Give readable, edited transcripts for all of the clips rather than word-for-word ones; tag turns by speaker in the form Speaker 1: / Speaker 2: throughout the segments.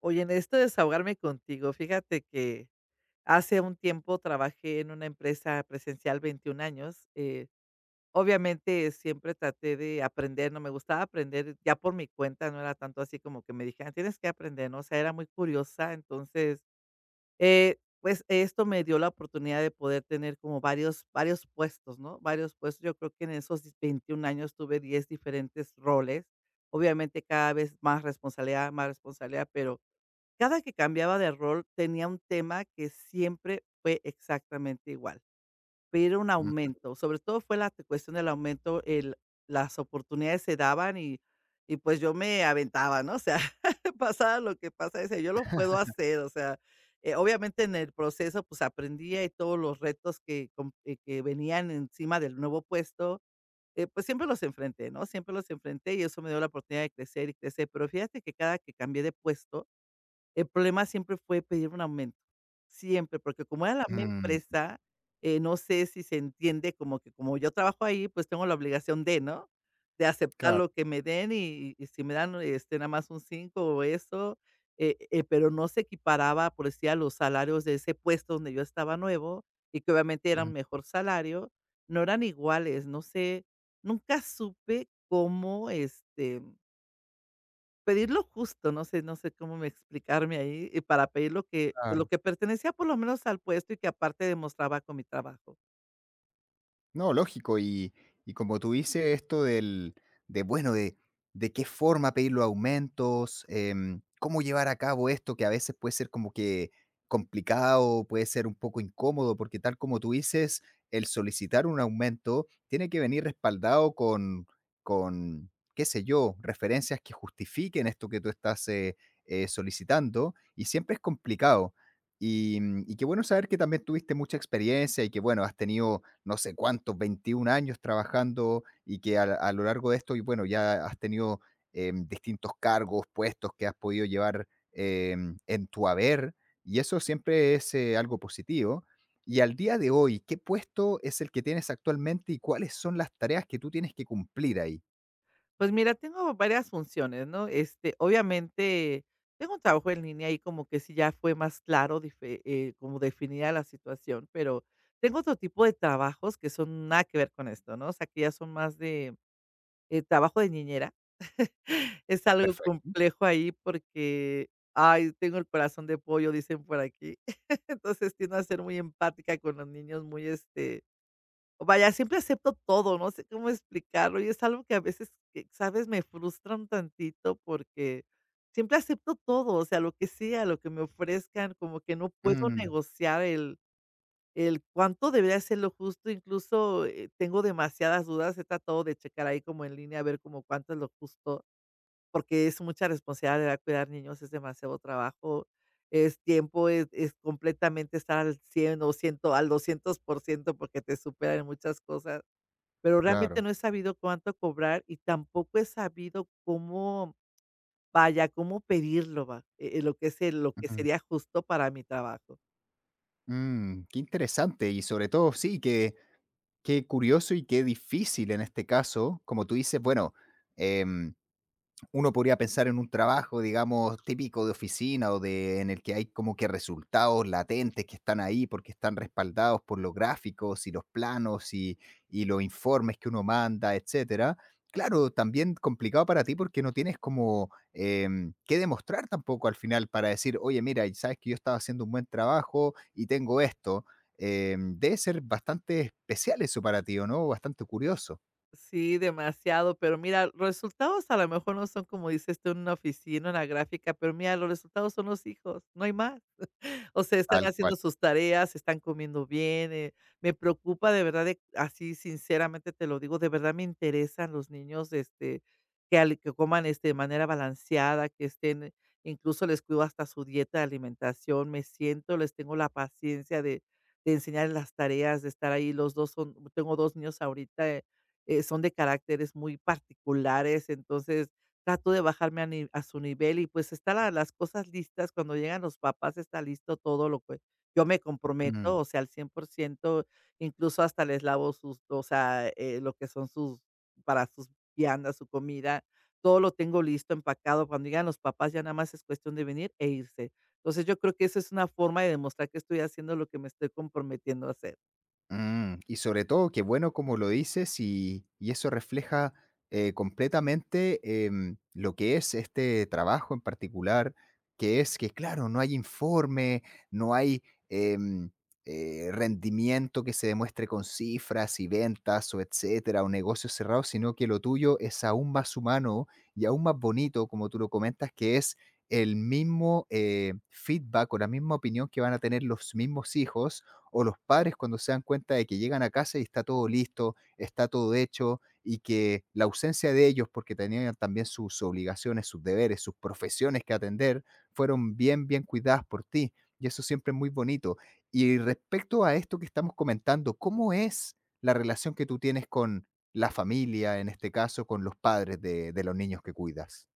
Speaker 1: Oye, en esto de desahogarme contigo, fíjate que hace un tiempo trabajé en una empresa presencial 21 años. Obviamente, siempre traté de aprender, no me gustaba aprender ya por mi cuenta, no era tanto así como que me dijeran: "Tienes que aprender", ¿no? O sea, era muy curiosa. Entonces, pues esto me dio la oportunidad de poder tener como varios, varios puestos, ¿no? Varios puestos. Yo creo que en esos 21 años tuve 10 diferentes roles. Obviamente, cada vez más responsabilidad, más responsabilidad. Pero cada que cambiaba de rol tenía un tema que siempre fue exactamente igual: pedir un aumento. Sobre todo fue la cuestión del aumento. El las oportunidades se daban, y pues yo me aventaba, ¿no? O sea, pasaba lo que pasa, decía: "Yo lo puedo hacer". O sea, obviamente, en el proceso, pues, aprendía y todos los retos que venían encima del nuevo puesto. Pues, siempre los enfrenté, ¿no? Siempre los enfrenté, y eso me dio la oportunidad de crecer y crecer. Pero fíjate que cada que cambié de puesto, el problema siempre fue pedir un aumento. Siempre, porque como era la misma
Speaker 2: Ujú,
Speaker 1: empresa, no sé si se entiende, como que como yo trabajo ahí, pues tengo la obligación de, ¿no? De aceptar
Speaker 2: claro,
Speaker 1: lo que me den, y si me dan, este, nada más un 5 o eso. Pero no se equiparaba, por decir, a los salarios de ese puesto donde yo estaba nuevo y que obviamente eran
Speaker 2: mm,
Speaker 1: mejor salario. No eran iguales. No sé, nunca supe cómo, este, pedir lo justo, no sé cómo me explicarme ahí, y para pedir lo que, pues, lo
Speaker 2: claro.
Speaker 1: que pertenecía por lo menos al puesto y que aparte demostraba con mi trabajo.
Speaker 2: No, lógico. Y como tú dices, esto del, de bueno, de qué forma pedir los aumentos, cómo llevar a cabo esto, que a veces puede ser como que complicado, puede ser un poco incómodo, porque tal como tú dices, el solicitar un aumento tiene que venir respaldado con qué sé yo, referencias que justifiquen esto que tú estás solicitando, y siempre es complicado. Y, mm, y qué bueno saber que también tuviste mucha experiencia y que, bueno, has tenido no sé cuántos, 21 años trabajando y que a lo largo de esto, y bueno, ya has tenido distintos cargos, puestos que has podido llevar en tu haber, y eso siempre es algo positivo. Y al día de hoy, ¿qué puesto es el que tienes actualmente y cuáles son las tareas que tú tienes que cumplir ahí?
Speaker 1: Pues mira, tengo varias funciones, ¿no? Este, obviamente, tengo un trabajo en línea y como que sí ya fue más claro, dife como definida la situación. Pero tengo otro tipo de trabajos que son nada que ver con esto, ¿no? O sea, que ya son más de, trabajo de niñera. Es algo
Speaker 2: Perfecto.
Speaker 1: complejo ahí porque, ay, tengo el corazón de pollo, dicen por aquí. Entonces tiendo a ser muy empática con los niños, muy, este, vaya, siempre acepto todo, no sé cómo explicarlo. Y es algo que a veces, ¿sabes?, me frustra un tantito, porque siempre acepto todo, o sea, lo que me ofrezcan. Como que no puedo
Speaker 2: Mm,
Speaker 1: negociar el cuánto debería ser lo justo. Incluso, tengo demasiadas dudas, he tratado de checar ahí como en línea a ver como cuánto es lo justo, porque es mucha responsabilidad cuidar niños, es demasiado trabajo, es tiempo, es completamente estar al 100 o 100 al 200%, porque te superan en muchas cosas. Pero realmente
Speaker 2: claro.
Speaker 1: no he sabido cuánto cobrar, y tampoco he sabido cómo, vaya, cómo pedirlo, va, lo que
Speaker 2: Ujú.
Speaker 1: sería justo para mi trabajo.
Speaker 2: Mm, qué interesante y sobre todo, sí, que qué curioso y qué difícil en este caso, como tú dices, bueno, em, uno podría pensar en un trabajo, digamos, típico de oficina o de en el que hay como que resultados latentes que están ahí porque están respaldados por los gráficos y los planos y los informes que uno manda, etcétera. Claro, también complicado para ti porque no tienes como que demostrar tampoco al final para decir, oye, mira, y sabes que yo estaba haciendo un buen trabajo y tengo esto. Debe ser bastante especial eso para ti, ¿o no? Bastante curioso.
Speaker 1: Sí, demasiado. Pero mira, los resultados a lo mejor no son como dices tú en una oficina, en la gráfica, pero mira, los resultados son los hijos, no hay más. O sea, están
Speaker 2: Tal cual.
Speaker 1: haciendo sus tareas, están comiendo bien, me preocupa de verdad, de así sinceramente te lo digo, de verdad me interesan los niños. Este, que al que coman, este, de manera balanceada, que estén, incluso les cuido hasta su dieta de alimentación. Me siento, les tengo la paciencia de enseñarles las tareas, de estar ahí. Los 2 son Tengo 2 niños ahorita. Son de caracteres muy particulares. Entonces, trato de bajarme a ni a su nivel y, pues, están la las cosas listas. Cuando llegan los papás está listo todo lo que yo me
Speaker 2: Mm.
Speaker 1: comprometo, o sea, al 100%. Incluso hasta les lavo sus, o sea, lo que son sus, para sus viandas, su comida, todo lo tengo listo, empacado. Cuando llegan los papás, ya nada más es cuestión de venir e irse. Entonces, yo creo que eso es una forma de demostrar que estoy haciendo lo que me estoy comprometiendo a hacer.
Speaker 2: Mm, y sobre todo, qué bueno como lo dices y eso refleja completamente lo que es este trabajo en particular, que es que, claro, no hay informe, no hay em, rendimiento que se demuestre con cifras y ventas o etcétera, o negocios cerrados, sino que lo tuyo es aún más humano y aún más bonito, como tú lo comentas, que es el mismo feedback o la misma opinión que van a tener los mismos hijos o los padres cuando se dan cuenta de que llegan a casa y está todo listo, está todo hecho y que la ausencia de ellos, porque tenían también sus obligaciones, sus deberes, sus profesiones que atender, fueron bien, bien cuidadas por ti. Y eso siempre es muy bonito. Y respecto a esto que estamos comentando, ¿cómo es la relación que tú tienes con la familia, en este caso, con los padres de los niños que cuidas?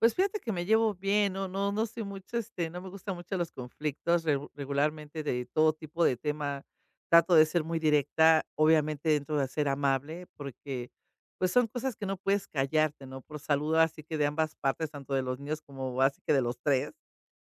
Speaker 1: Pues fíjate que me llevo bien. No soy mucho, este, no me gustan mucho los conflictos. Regularmente, de todo tipo de tema, trato de ser muy directa, obviamente dentro de ser amable, porque, pues, son cosas que no puedes callarte, ¿no? Por salud, así que de ambas partes, tanto de los niños como así que de los 3,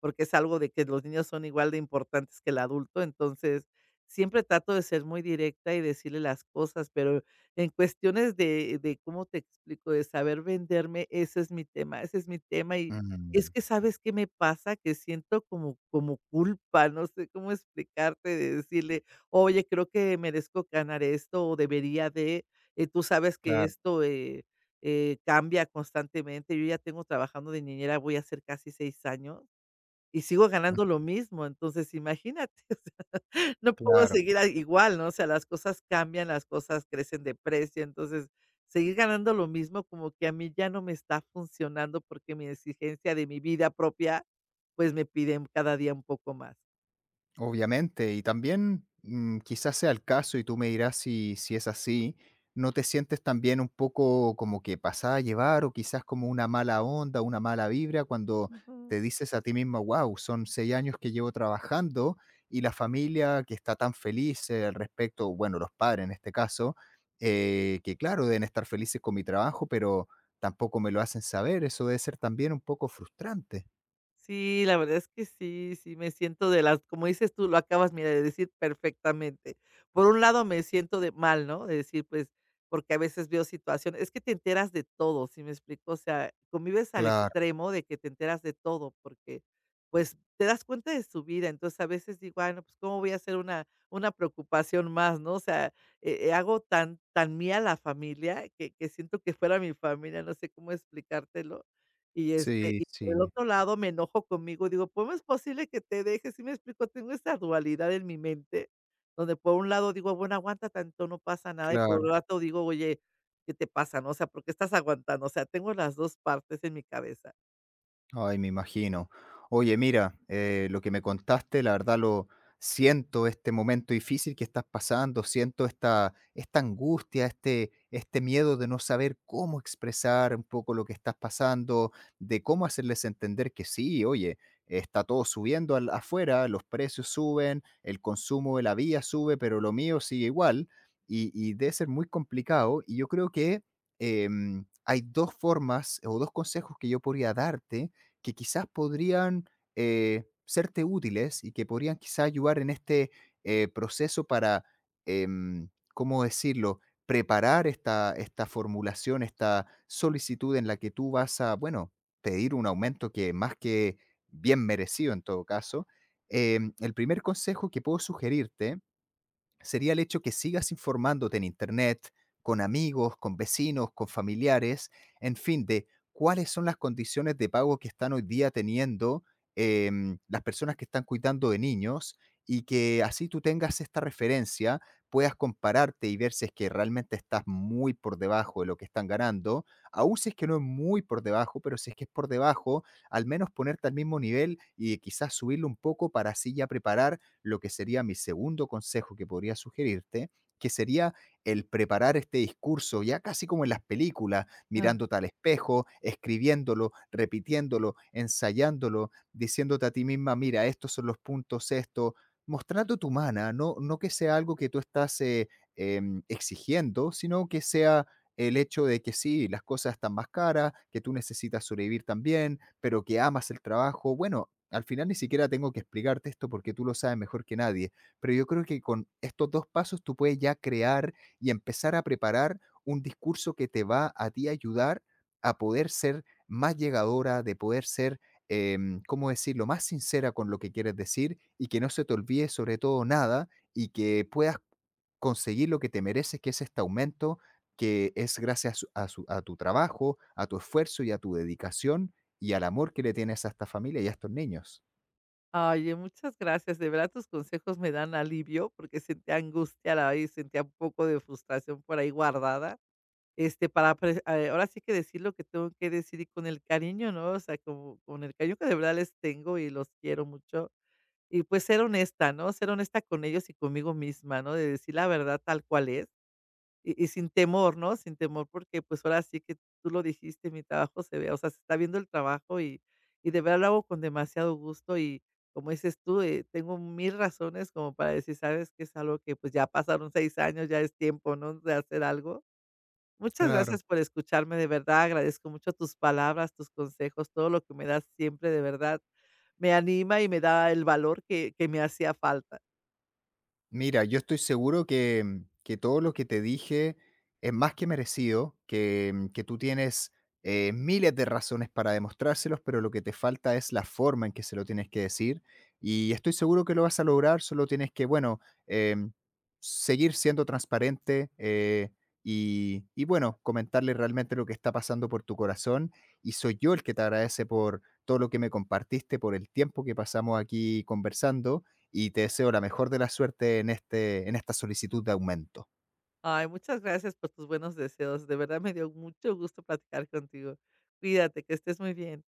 Speaker 1: porque es algo de que los niños son igual de importantes que el adulto. Entonces, siempre trato de ser muy directa y decirle las cosas. Pero en cuestiones de, ¿cómo te explico?, de saber venderme, ese es mi tema, ese es mi tema. Y es
Speaker 2: Mm,
Speaker 1: que, ¿sabes qué me pasa?, que siento como culpa, no sé cómo explicarte, de decirle: "Oye, creo que merezco ganar esto o debería de", tú sabes que
Speaker 2: claro,
Speaker 1: esto, cambia constantemente. Yo ya tengo trabajando de niñera, voy a hacer casi 6 años y sigo
Speaker 2: mm,
Speaker 1: ganando lo mismo, entonces imagínate. No puedo
Speaker 2: claro.
Speaker 1: seguir a igual, ¿no? O sea, las cosas cambian, las cosas crecen de precio. Entonces, seguir ganando lo mismo como que a mí ya no me está funcionando, porque mi exigencia de mi vida propia, pues, me piden cada día un poco más.
Speaker 2: Obviamente, y también mm, quizás sea el caso y tú me dirás si es así, ¿no te sientes también un poco como que pasada a llevar o quizás como una mala onda, una mala vibra cuando
Speaker 1: Ujú.
Speaker 2: te dices a ti misma, wow, son 6 años que llevo trabajando y la familia que está tan feliz al respecto, bueno, los padres en este caso, que claro, deben estar felices con mi trabajo, pero tampoco me lo hacen saber, eso debe ser también un poco frustrante.
Speaker 1: Sí, la verdad es que sí, sí, me siento de las como dices tú, lo acabas, mira, de decir perfectamente. Por un lado, me siento de mal, ¿no? De decir, pues, porque a veces veo situaciones, es que te enteras de todo, ¿sí me explico? O sea, convives al
Speaker 2: Claro,
Speaker 1: extremo de que te enteras de todo, porque, pues, te das cuenta de su vida. Entonces, a veces digo: "Ay, no, pues, ¿cómo voy a hacer una preocupación más?", ¿no? O sea, hago tan mía la familia que siento que fuera mi familia, no sé cómo explicártelo. Y, este,
Speaker 2: sí,
Speaker 1: por el
Speaker 2: sí,
Speaker 1: otro lado, me enojo conmigo, digo: "Pues, ¿cómo es posible que te dejes?", ¿sí me explico? Tengo esta dualidad en mi mente, donde por un lado digo: "Bueno, aguanta tanto, no pasa nada", y por
Speaker 2: claro.
Speaker 1: otro lado digo: "Oye, ¿qué te pasa, no? O sea, ¿por qué estás aguantando?". O sea, tengo las 2 partes en mi cabeza.
Speaker 2: Ay, me imagino. Oye, mira, lo que me contaste, la verdad lo siento este momento difícil que estás pasando, siento esta angustia, este miedo de no saber cómo expresar un poco lo que estás pasando, de cómo hacerles entender que sí, oye, está todo subiendo al- afuera, los precios suben, el consumo de la vía sube, pero lo mío sigue igual y debe ser muy complicado. Y yo creo que hay 2 formas o 2 consejos que yo podría darte que quizás podrían serte útiles y que podrían quizás ayudar en este proceso para, ¿cómo decirlo?, preparar esta formulación, esta solicitud en la que tú vas a, bueno, pedir un aumento que más que bien merecido en todo caso. El primer consejo que puedo sugerirte sería el hecho que sigas informándote en Internet, con amigos, con vecinos, con familiares, en fin, de cuáles son las condiciones de pago que están hoy día teniendo las personas que están cuidando de niños y que así tú tengas esta referencia, puedas compararte y ver si es que realmente estás muy por debajo de lo que están ganando, aún si es que no es muy por debajo, pero si es que es por debajo, al menos ponerte al mismo nivel y quizás subirlo un poco para así ya preparar lo que sería mi segundo consejo que podría sugerirte, que sería el preparar este discurso, ya casi como en las películas,
Speaker 1: Ah.
Speaker 2: mirándote al espejo, escribiéndolo, repitiéndolo, ensayándolo, diciéndote a ti misma, mira, estos son los puntos, esto, mostrando tu mana, no, no que sea algo que tú estás exigiendo, sino que sea el hecho de que sí, las cosas están más caras, que tú necesitas sobrevivir también, pero que amas el trabajo. Bueno, al final ni siquiera tengo que explicarte esto porque tú lo sabes mejor que nadie, pero yo creo que con estos 2 pasos tú puedes ya crear y empezar a preparar un discurso que te va a ti ayudar a poder ser más llegadora, de poder ser, ¿cómo decirlo?, más sincera con lo que quieres decir y que no se te olvide, sobre todo, nada y que puedas conseguir lo que te mereces, que es este aumento, que es gracias a su a tu trabajo, a tu esfuerzo y a tu dedicación, y al amor que le tienes a esta familia y a estos niños.
Speaker 1: Oye, muchas gracias, de verdad tus consejos me dan alivio, porque sentía angustia a la vez, sentía un poco de frustración por ahí guardada, este, para pre ahora sí que decir lo que tengo que decir y con el cariño, ¿no? O sea, como con el cariño que de verdad les tengo y los quiero mucho. Y pues ser honesta, ¿no? Ser honesta con ellos y conmigo misma, ¿no? De decir la verdad tal cual es, y sin temor, ¿no? Sin temor, porque pues ahora sí que tú lo dijiste, mi trabajo se ve, o sea, se está viendo el trabajo, y de verdad lo hago con demasiado gusto. Y como dices tú, tengo 1000 razones como para decir: sabes que es algo que, pues, ya pasaron 6 años, ya es tiempo, ¿no? De hacer algo. Muchas
Speaker 2: Claro.
Speaker 1: gracias por escucharme, de verdad, agradezco mucho tus palabras, tus consejos, todo lo que me das siempre, de verdad, me anima y me da el valor que me hacía falta.
Speaker 2: Mira, yo estoy seguro que, mm, que todo lo que te dije es más que merecido, que, mm, que tú tienes miles de razones para demostrárselos, pero lo que te falta es la forma en que se lo tienes que decir. Y estoy seguro que lo vas a lograr, solo tienes que, bueno, em, seguir siendo transparente y, bueno, comentarle realmente lo que está pasando por tu corazón. Y soy yo el que te agradece por todo lo que me compartiste, por el tiempo que pasamos aquí conversando y te deseo la mejor de la suerte en, este, en esta solicitud de aumento.
Speaker 1: Ay, muchas gracias por tus buenos deseos, de verdad me dio mucho gusto platicar contigo. Cuídate, que estés muy bien.